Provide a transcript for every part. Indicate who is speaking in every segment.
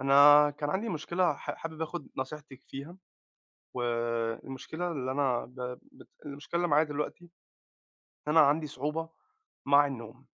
Speaker 1: أنا كان عندي مشكلة حابب آخُد نصيحتِك فيها، والمشكلة اللي أنا ب بت المشكلة اللي معايا دلوقتي إن أنا عندي صعوبة مع النوم،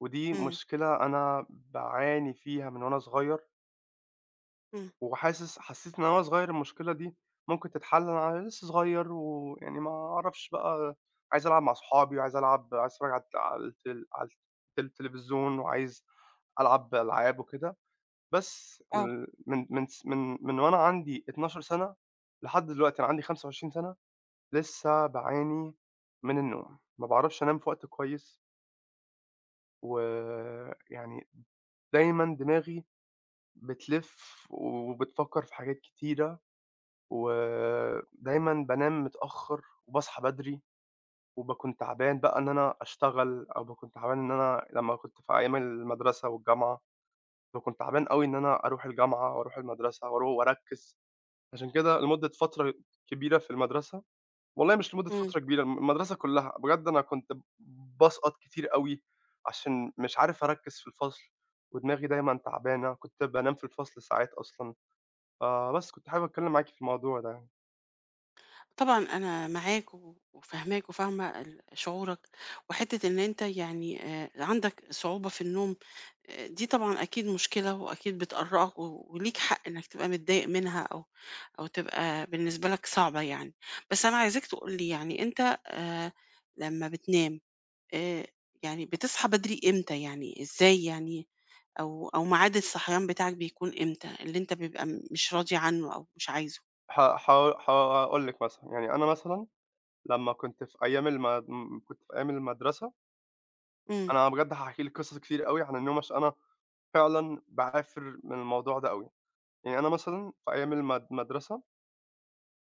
Speaker 1: ودي
Speaker 2: إمم.
Speaker 1: مشكلة أنا باعاني فيها من وأنا صغير،
Speaker 2: إمم.
Speaker 1: حسّيت إن أنا وأنا صغير المشكلة دي ممكن تتحل. أنا لسه صغير ويعني ما أعرفش بقى، عايز ألعب مع صحابي وعايز ألعب، عايز أتفرّج على التلفزيون وعايز ألعب ألعاب وكده. بس
Speaker 2: آه.
Speaker 1: ال من من س من من وأنا عندي 12 سَنة لحد دلوقتي. أنا عندي 25 سَنة، لسه باعاني من النوم، ما باعرفش أنام في وقت كويس، ويعني دايمًا دماغي بتلِف وبتفكّر في حاجات كتيرة، ودايمًا بانام متأخّر وباصحى بدري، وباكون تعبان بقى إن أنا أشتغل، أو باكون تعبان إن أنا لمّا كنت في أيام المدرسة والجامعة، باكون تعبان أوي إن أنا أروح الجامعة وأروح المدرسة وأركّز. عشان كده لمدة فترة كبيرة في المدرسة، والله مش لمدة
Speaker 2: إمم.
Speaker 1: فترة كبيرة، المدرسة كلّها، بجد أنا كنت باسقط كتير أوي عشان مش عارف أركّز في الفصل، ودماغي دايمًا تعبانة، كنت بانام في الفصل ساعات أصلًا. فبس كنت حابب أتكلّم معاكِ في الموضوع ده يعني.
Speaker 2: طبعًا أنا معاك و وفاهماك وفاهمة شعورك، وحتّة إن أنت يعني عندك صعوبة في النوم. دي طبعًا أكيد مشكلة وأكيد بتقرّقك و وليك حق إنك تبقى متضايق منها أو تبقى بالنسبة لك صعبة يعني. بس أنا عايزاك تقول لي يعني أنت آآ لمّا بتنام، آآ يعني بتصحى بدري إمتى يعني، إزاي يعني أو ميعاد الصحيان بتاعك بيكون إمتى، اللي أنت بيبقى مش راضي عنه أو مش عايزه؟
Speaker 1: ه ه هاقول لِك مثلًا، يعني أنا مثلًا لمّا كنت في أيام المد م كنت في أيام المدرسة،
Speaker 2: إمم.
Speaker 1: أنا بجد هاحكي لِك قصص كتير أوي عن النوم عشان أنا فعلًا باعافر من الموضوع ده أوي. يعني أنا مثلًا في أيام المدرسة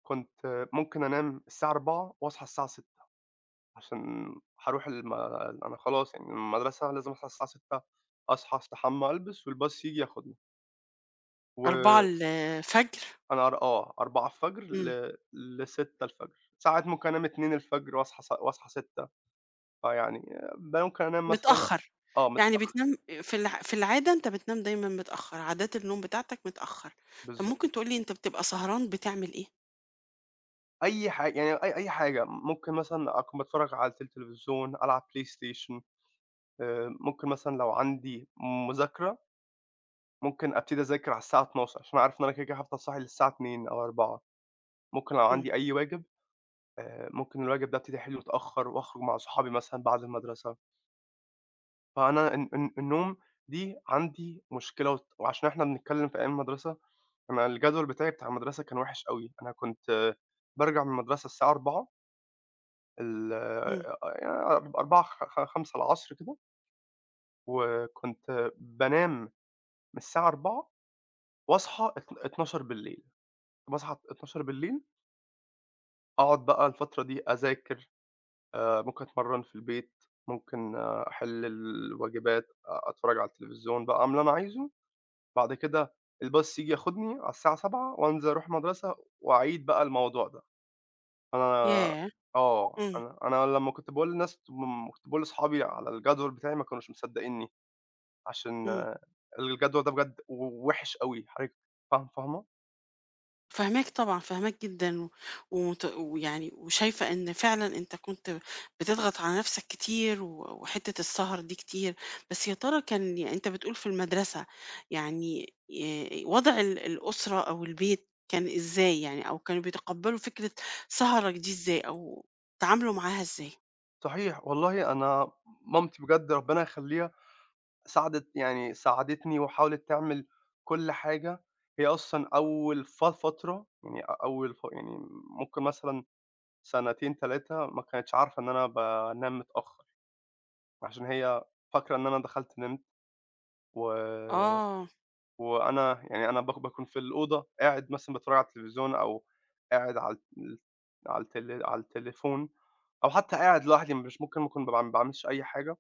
Speaker 1: كنت ممكن أنام الساعة 16:00 وأصحى الساعة 6:00، عشان هاروح الم أنا خلاص يعني المدرسة لازم أصحى الساعة 6:00، أصحى أستحمى ألبس والباص ييجي ياخدني،
Speaker 2: 4:00
Speaker 1: وأنا
Speaker 2: الفجر.
Speaker 1: أر آه 04:00
Speaker 2: إمم.
Speaker 1: ل6:00 ساعات، ممكن أنام 2:00 وأصحى 6:00. فيعني ممكن أنام مثلًا،
Speaker 2: متأخّر.
Speaker 1: آه،
Speaker 2: يعني
Speaker 1: متأخر،
Speaker 2: بتنام في العادة أنت بتنام دايمًا متأخّر، عادات النوم بتاعتك متأخّر. طَب
Speaker 1: بالضبط.
Speaker 2: ممكن تقول لي أنت بتبقى سهران بتعمل إيه؟
Speaker 1: أي حاجة يعني، أي حاجة ممكن مثلًا أكون باتفرج على التلفزيون، ألعب بلاي ستيشن، ممكن مثلًا لو عندي مذاكرة، ممكن أبتدي أذاكر على الساعة 12:00 عشان عارف إن أنا كده، كده هافضل صاحي للساعة 02:00 أو 04:00. ممكن لو
Speaker 2: إمم.
Speaker 1: عندي أي واجب، ممكن الواجب ده أبتدي أحله متأخر وأخرج مع صحابي مثلًا بعد المدرسة. فأنا النوم دي عندي مشكلة، وعشان إحنا بنتكلم في أيام المدرسة، أنا الجدول بتاعي بتاع المدرسة كان وحش أوي. أنا كنت بارجع من المدرسة الساعة 04:00، ال
Speaker 2: إمم.
Speaker 1: آه، يعني 04:00، خ خ 17:00 كده، وكنت بانام من الساعة 04:00 واصحى 12:00 بالايل. باصحى 12:00 بالليل أقعد بقى الفترة دي أذاكر، ممكن أتمرّن في البيت، ممكن، أحِل الواجبات، أتفرّج على التلفزيون بقى، أعمل اللي أنا عايزه. بعد كده الباص ييجي ياخدني على الساعة 07:00 وأنزل أروح المدرسة وأعيد بقى الموضوع ده. أنا
Speaker 2: ياه!
Speaker 1: آه.
Speaker 2: إمم.
Speaker 1: أنا لمّا كنت باقول لأصحابي على الجدول بتاعي ما كانوش مصدّقينّي، عشان،
Speaker 2: إمم.
Speaker 1: آه، الجدول ده بجد وِحِش أوي، حضرتِك فاهمة؟
Speaker 2: فاهماك طبعًا، فاهماك جدًا، و ومت ويعني وشايفة إن فعلًا أنت كنت بتضغط على نفْسك كتير، و وحتّة السهر دي كتير. بس يا ترى كان يعني أنت بتقول في المدرسة، يعني ي وضع ال الأسرة أو البيت كان إزاي يعني، أو كانوا بيتقبّلوا فكرة سهرك دي إزاي، أو تعاملوا معاها إزاي؟
Speaker 1: صحيح والله أنا مامتي بجد ربنا يخلّيها يعني ساعدتني وحاولت تعمل كل حاجة. هي أصلًا أول فترة، يعني أ أول ف يعني ممكن مثلًا سنتين، 3 ما كانتش عارفة إن أنا بانام متأخّر، عشان هي فاكرة إن أنا دخلت نمت، و
Speaker 2: آه.
Speaker 1: وأنا يعني، أنا باكون في الأوضة قاعد مثلًا باتفرّج على التلفزيون، أو قاعد على التليفون، أو حتى قاعد لوحدي، مش ممكن أكون ما باعملش أي حاجة.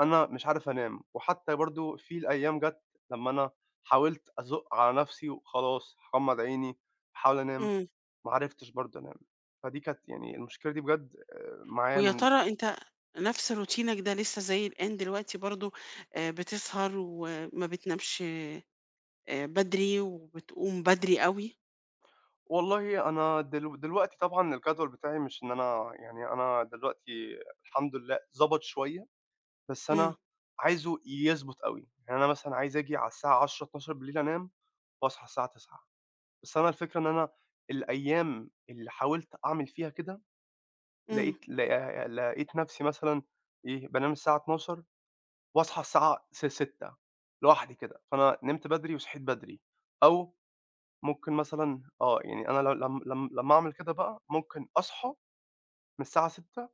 Speaker 1: أنا مش عارف أنام. وحتى برضه في الأيام جات لمّا أنا حاولت أزُق على نَفْسي وخلاص هاغمّض عيني أحاول أنام،
Speaker 2: إمم.
Speaker 1: ما عرفتش برضه أنام. فدي كانت يعني المشكلة دي بجد، معايا
Speaker 2: ويا
Speaker 1: من.
Speaker 2: ترى أنت نفْس روتينك ده لسه زي الآن دلوقتي برضه بتسهر وما بتنامش بدري وبتقوم بدري أوي.
Speaker 1: والله أنا دلوقتي طبعًا الجدول بتاعي مش إن أنا، يعني أنا دلوقتي الحمد لله ضَبَط شوية، بس
Speaker 2: إمم.
Speaker 1: أنا عايزه يضبط أوي. يعني أنا مثلًا عايز آجي على الساعة 22:00، 23:00 أنام وأصحى الساعة 09:00. بس أنا الفكرة إن أنا الأيام اللي حاولت أعمل فيها كده،
Speaker 2: إمم.
Speaker 1: لقيت لا لقيت نفسي مثلًا، إيه، بانام الساعة 00:00 واصحى الساعة 06:00 لوحدي كده. فأنا نمت بدري وصحيت بدري. أو ممكن مثلًا، يعني أنا ل لم لم لمّا أعمل كده بقى، ممكن أصحى من الساعة 06:00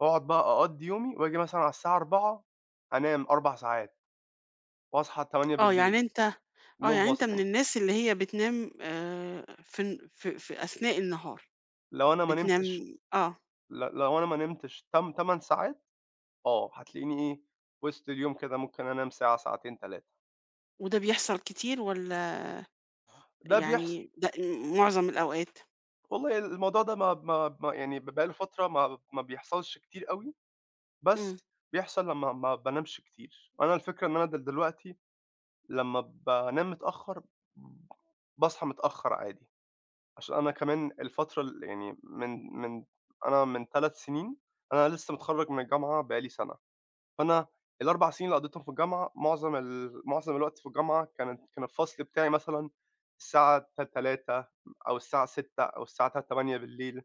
Speaker 1: وأقعد بقى أقضّي يومي وآجي مثلًا على الساعة 04:00 أنام 4 ساعات واصحى 20:00.
Speaker 2: آه، يعني أنت. آه،
Speaker 1: النوم
Speaker 2: يعني
Speaker 1: باظ
Speaker 2: أنت من
Speaker 1: تاني.
Speaker 2: الناس اللي هي بتنام في أثناء النهار.
Speaker 1: لو أنا ما
Speaker 2: بتنام
Speaker 1: نمتش،
Speaker 2: آه.
Speaker 1: تم 8 ساعات، آه، هتلاقيني إيه، وسط اليوم كده ممكن أنام ساعة، ساعتين، 3.
Speaker 2: وده بيحصل كتير والّا
Speaker 1: ده بيحصل.
Speaker 2: يعني ده معظم الأوقات؟
Speaker 1: والله الموضوع ده، ما يعني بقى له فترة ما بيحصلش كتير أوي،
Speaker 2: إمم.
Speaker 1: بس بيحصل لمّا ما بانامش كتير. أنا الفكرة إن أنا دلوقتي لمّا بانام متأخّر باصحى متأخّر عادي، عشان أنا كمان الفترة يعني من، أنا من 3 سنين، أنا لسّه متخرّج من الجامعة بقى لي سَنة. فأنا ال4 سنين اللي قضّيتهم في الجامعة، معظم الوقت في الجامعة كان الفصل بتاعي مثلًا الساعة 15:00 أو الساعة 18:00 أو الساعة 20:00 بالليل.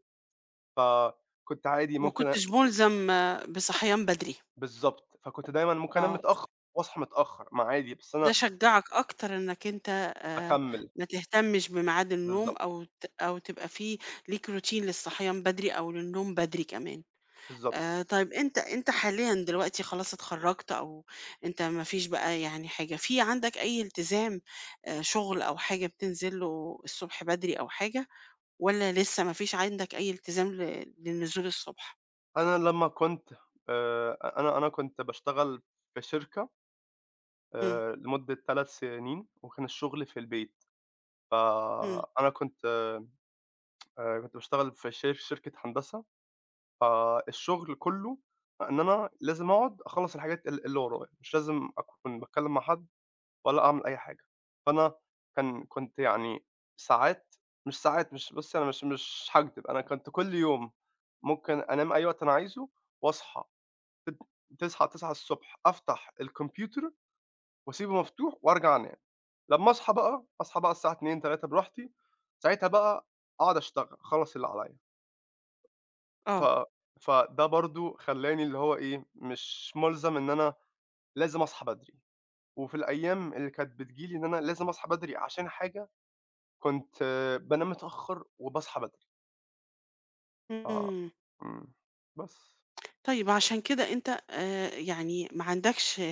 Speaker 1: فكنت عادي
Speaker 2: ما
Speaker 1: ممكن
Speaker 2: كنتش ملزم آه، بصحيان بدري.
Speaker 1: بالضبط. فكنت دايمًا ممكن أنام
Speaker 2: آه،
Speaker 1: متأخر وأصحى متأخر، ما عادي. بس
Speaker 2: ده
Speaker 1: أنا
Speaker 2: شجّعك أكتر إنّك أنت آآ
Speaker 1: أكمّل.
Speaker 2: ما تهتمش بميعاد النوم
Speaker 1: بالضبط،
Speaker 2: أو تبقى في ليك روتين للصحيان بدري أو للنوم بدري كمان.
Speaker 1: بالضبط.
Speaker 2: طيب أنت حاليًا دلوقتي خلاص اتخرّجت أو أنت ما فيش بقى يعني حاجة، في عندك أي التزام شغل أو حاجة بتنزل له الصبح بدري أو حاجة والّا لسه ما فيش عندك أي التزام للنزول الصبح؟
Speaker 1: أنا لمّا كنت، أ أنا أنا كنت باشتغل في شركة،
Speaker 2: إمم.
Speaker 1: لمدة 3 سنين وكان الشغل في البيت.
Speaker 2: إمم.
Speaker 1: فأنا كنت باشتغل في شركة هندسة. فالشغل كلّه إن أنا لازم أقعد أخلّص الحاجات اللي ورايا، مش لازم أكون باتكلّم مع حد ولا أعمل أي حاجة. فأنا كنت يعني ساعات، مش بُصّي، أنا مش هاكدب، أنا كنت كل يوم ممكن أنام أي وقت أنا عايزه وأصحى، تت تصحى 09:00، أفتح الكمبيوتر وأسيبه مفتوح وأرجع أنام. لمّا أصحى بقى، أصحى بقى الساعة 02:00، 03:00 براحتي، ساعتها بقى أقعد أشتغل، أخلّص اللي عليّا. ف
Speaker 2: آه.
Speaker 1: فده برضه خلّاني اللي هو إيه، مش مُلزم إن أنا لازم أصحى بدري، وفي الأيام اللي كانت بتيجي لي إن أنا لازم أصحى بدري عشان حاجة، كنت بانام متأخّر وباصحى بدري. ف
Speaker 2: إمم.
Speaker 1: إمم، بس.
Speaker 2: طيب عشان كده أنت يعني ما عندكش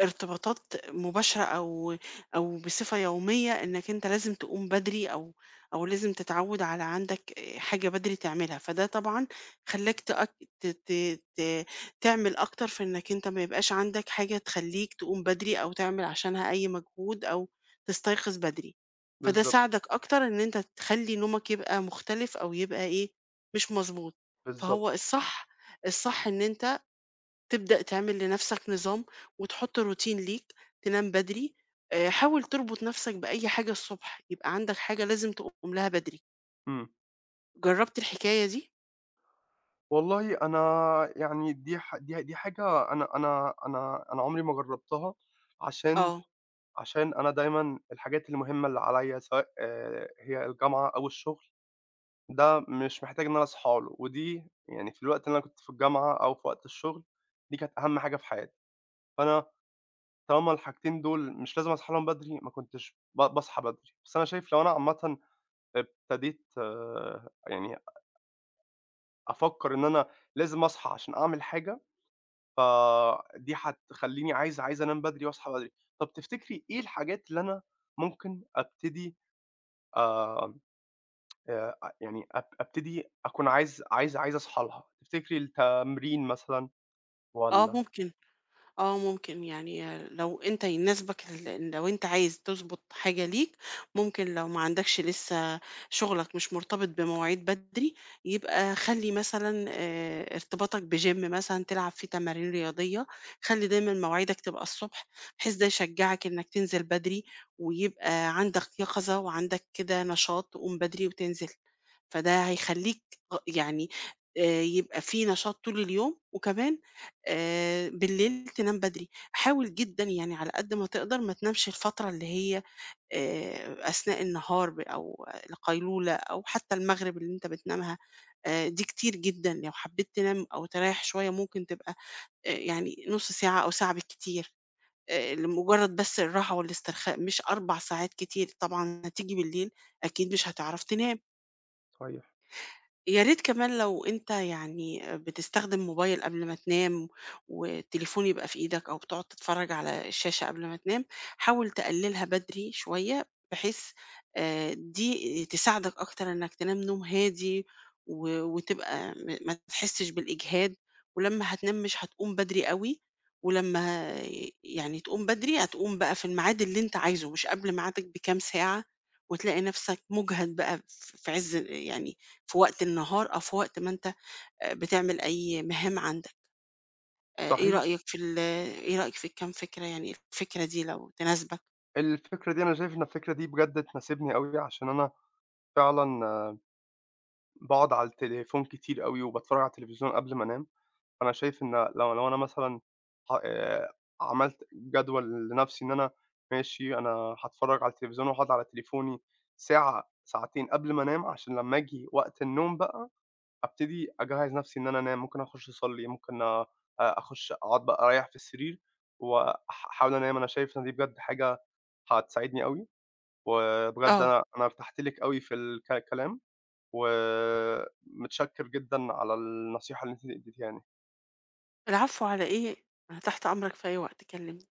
Speaker 2: ارتباطات مباشرة أو بصفة يومية إنك أنت لازم تقوم بدري أو لازم تتعود على عندك حاجة بدري تعملها، فده طبعًا خلّاك تأك ت ت ت تعمل أكتر في إنك أنت ما يبقاش عندك حاجة تخلّيك تقوم بدري أو تعمل عشانها أي مجهود أو تستيقظ بدري، فده
Speaker 1: بالضبط،
Speaker 2: ساعدك أكتر إن أنت تخلّي نومك يبقى مختلف أو يبقى إيه، مش مضبوط، فهو
Speaker 1: بالضبط.
Speaker 2: الصح إن أنت تبدأ تعمل لنفسك نظام وتحط روتين ليك، تنام بدري، حاول تربط نفسك بأي حاجة الصبح، يبقى عندك حاجة لازم تقوم لها بدري.
Speaker 1: إمم.
Speaker 2: جربت الحكاية دي؟
Speaker 1: والله أنا يعني دي دي حاجة، أنا عمري ما جرّبتها، عشان،
Speaker 2: آه،
Speaker 1: أنا دايمًا الحاجات المهمة اللي عليّا، سواء، آه، هي الجامعة أو الشغل، ده مش محتاج إن أنا أصحى له، ودي يعني في الوقت اللي أنا كنت في الجامعة أو في وقت الشغل، دي كانت أهم حاجة في حياتي. فأنا طالما الحاجتين دول مش لازم أصحى لهم بدري، ما كنتش باصحى بدري. بس أنا شايف لو أنا عامةً ابتديت، يعني أفكّر إن أنا لازم أصحى عشان أعمل حاجة، فدي هتخلّيني عايز، أنام بدري وأصحى بدري. طَب تفتكري إيه الحاجات اللي أنا ممكن أبتدي، آآ يعني أبتدي أكون عايز، أصحى لها؟ تفتكري التمرين مثلًا
Speaker 2: آه
Speaker 1: والّا،
Speaker 2: ممكن. آه، ممكن يعني آه، لو أنت يناسبك لو أنت عايز تضبط حاجة ليك، ممكن لو ما عندكش لسه شغلك مش مرتبط بمواعيد بدري، يبقى خلّي مثلًا ارتباطك بgym مثلًا تلعب فيه تمارين رياضية، خلّي دايمًا مواعيدك تبقى الصبح، بحيث ده يشجعك إنك تنزل بدري، ويبقى عندك يقظة وعندك كده نشاط تقوم بدري وتنزل، فده هيخلّيك غ- يعني يبقى في نشاط طول اليوم، وكمان بالليل تنام بدري، حاول جدًا يعني على قد ما تقدر ما تنامش الفترة اللي هي أثناء النهار أو القيلولة أو حتى المغرب اللي أنت بتنامها، دي كتير جدًا، لو حبيت تنام أو تريّح شوية ممكن تبقى يعني نُص ساعة أو ساعة بالكتير، لمجرد بس الراحة والاسترخاء، مش 4 ساعات كتير، طبعًا هتيجي بالليل أكيد مش هتعرف تنام.
Speaker 1: صحيح،
Speaker 2: يا ريت كمان لو أنت يعني بتستخدم موبايل قبل ما تنام والتليفون يبقى في إيدك أو بتقعد تتفرج على الشاشة قبل ما تنام، حاول تقللها بدري شوية بحيث آه، دي تساعدك أكتر إنك تنام نوم هادي و- وتبقى ما تحسش بالإجهاد ولما هتنام مش هتقوم بدري قوي ولما يعني تقوم بدري هتقوم بقى في الميعاد اللي أنت عايزه مش قبل ميعادك بكام ساعة وتلاقي نفسك مجهد بقى في عز يعني في وقت النهار أو في وقت ما أنت بتعمل أي مهام عندك، آآ إيه
Speaker 1: صحيح.
Speaker 2: رأيك في ال إيه رأيك في الكام فكرة يعني الفكرة دي لو تناسبك؟
Speaker 1: الفكرة دي أنا شايف إن الفكرة دي بجد تناسبني أوي، عشان أنا فعلًا باقعد على التليفون كتير أوي وباتفرّج على التلفزيون قبل ما أنام. فأنا شايف إن لو أنا مثلًا، ح عملت جدول لنَفْسي إن أنا ماشي، أنا هاتفرّج على التلفزيون وهاقعد على تليفوني ساعة، ساعتين قبل ما أنام، عشان لمّا آجي وقت النوم بقى أبتدي أجهّز نَفْسي إن أنا أنام، ممكن أخُش أصلّي، ممكن، أ آه، أخُش أقعد بقى أريّح في السرير أحاول أنام. أنا شايف إن دي بجد حاجة هتساعدني أوي، وبجد
Speaker 2: آه،
Speaker 1: أنا ارتحت لِك أوي في كلام. ومتشكر جدًا على النصيحة اللي أنتِ اديتيها لي.
Speaker 2: العفو على إيه، أنا تحت أمرك في أي وقت كلمني.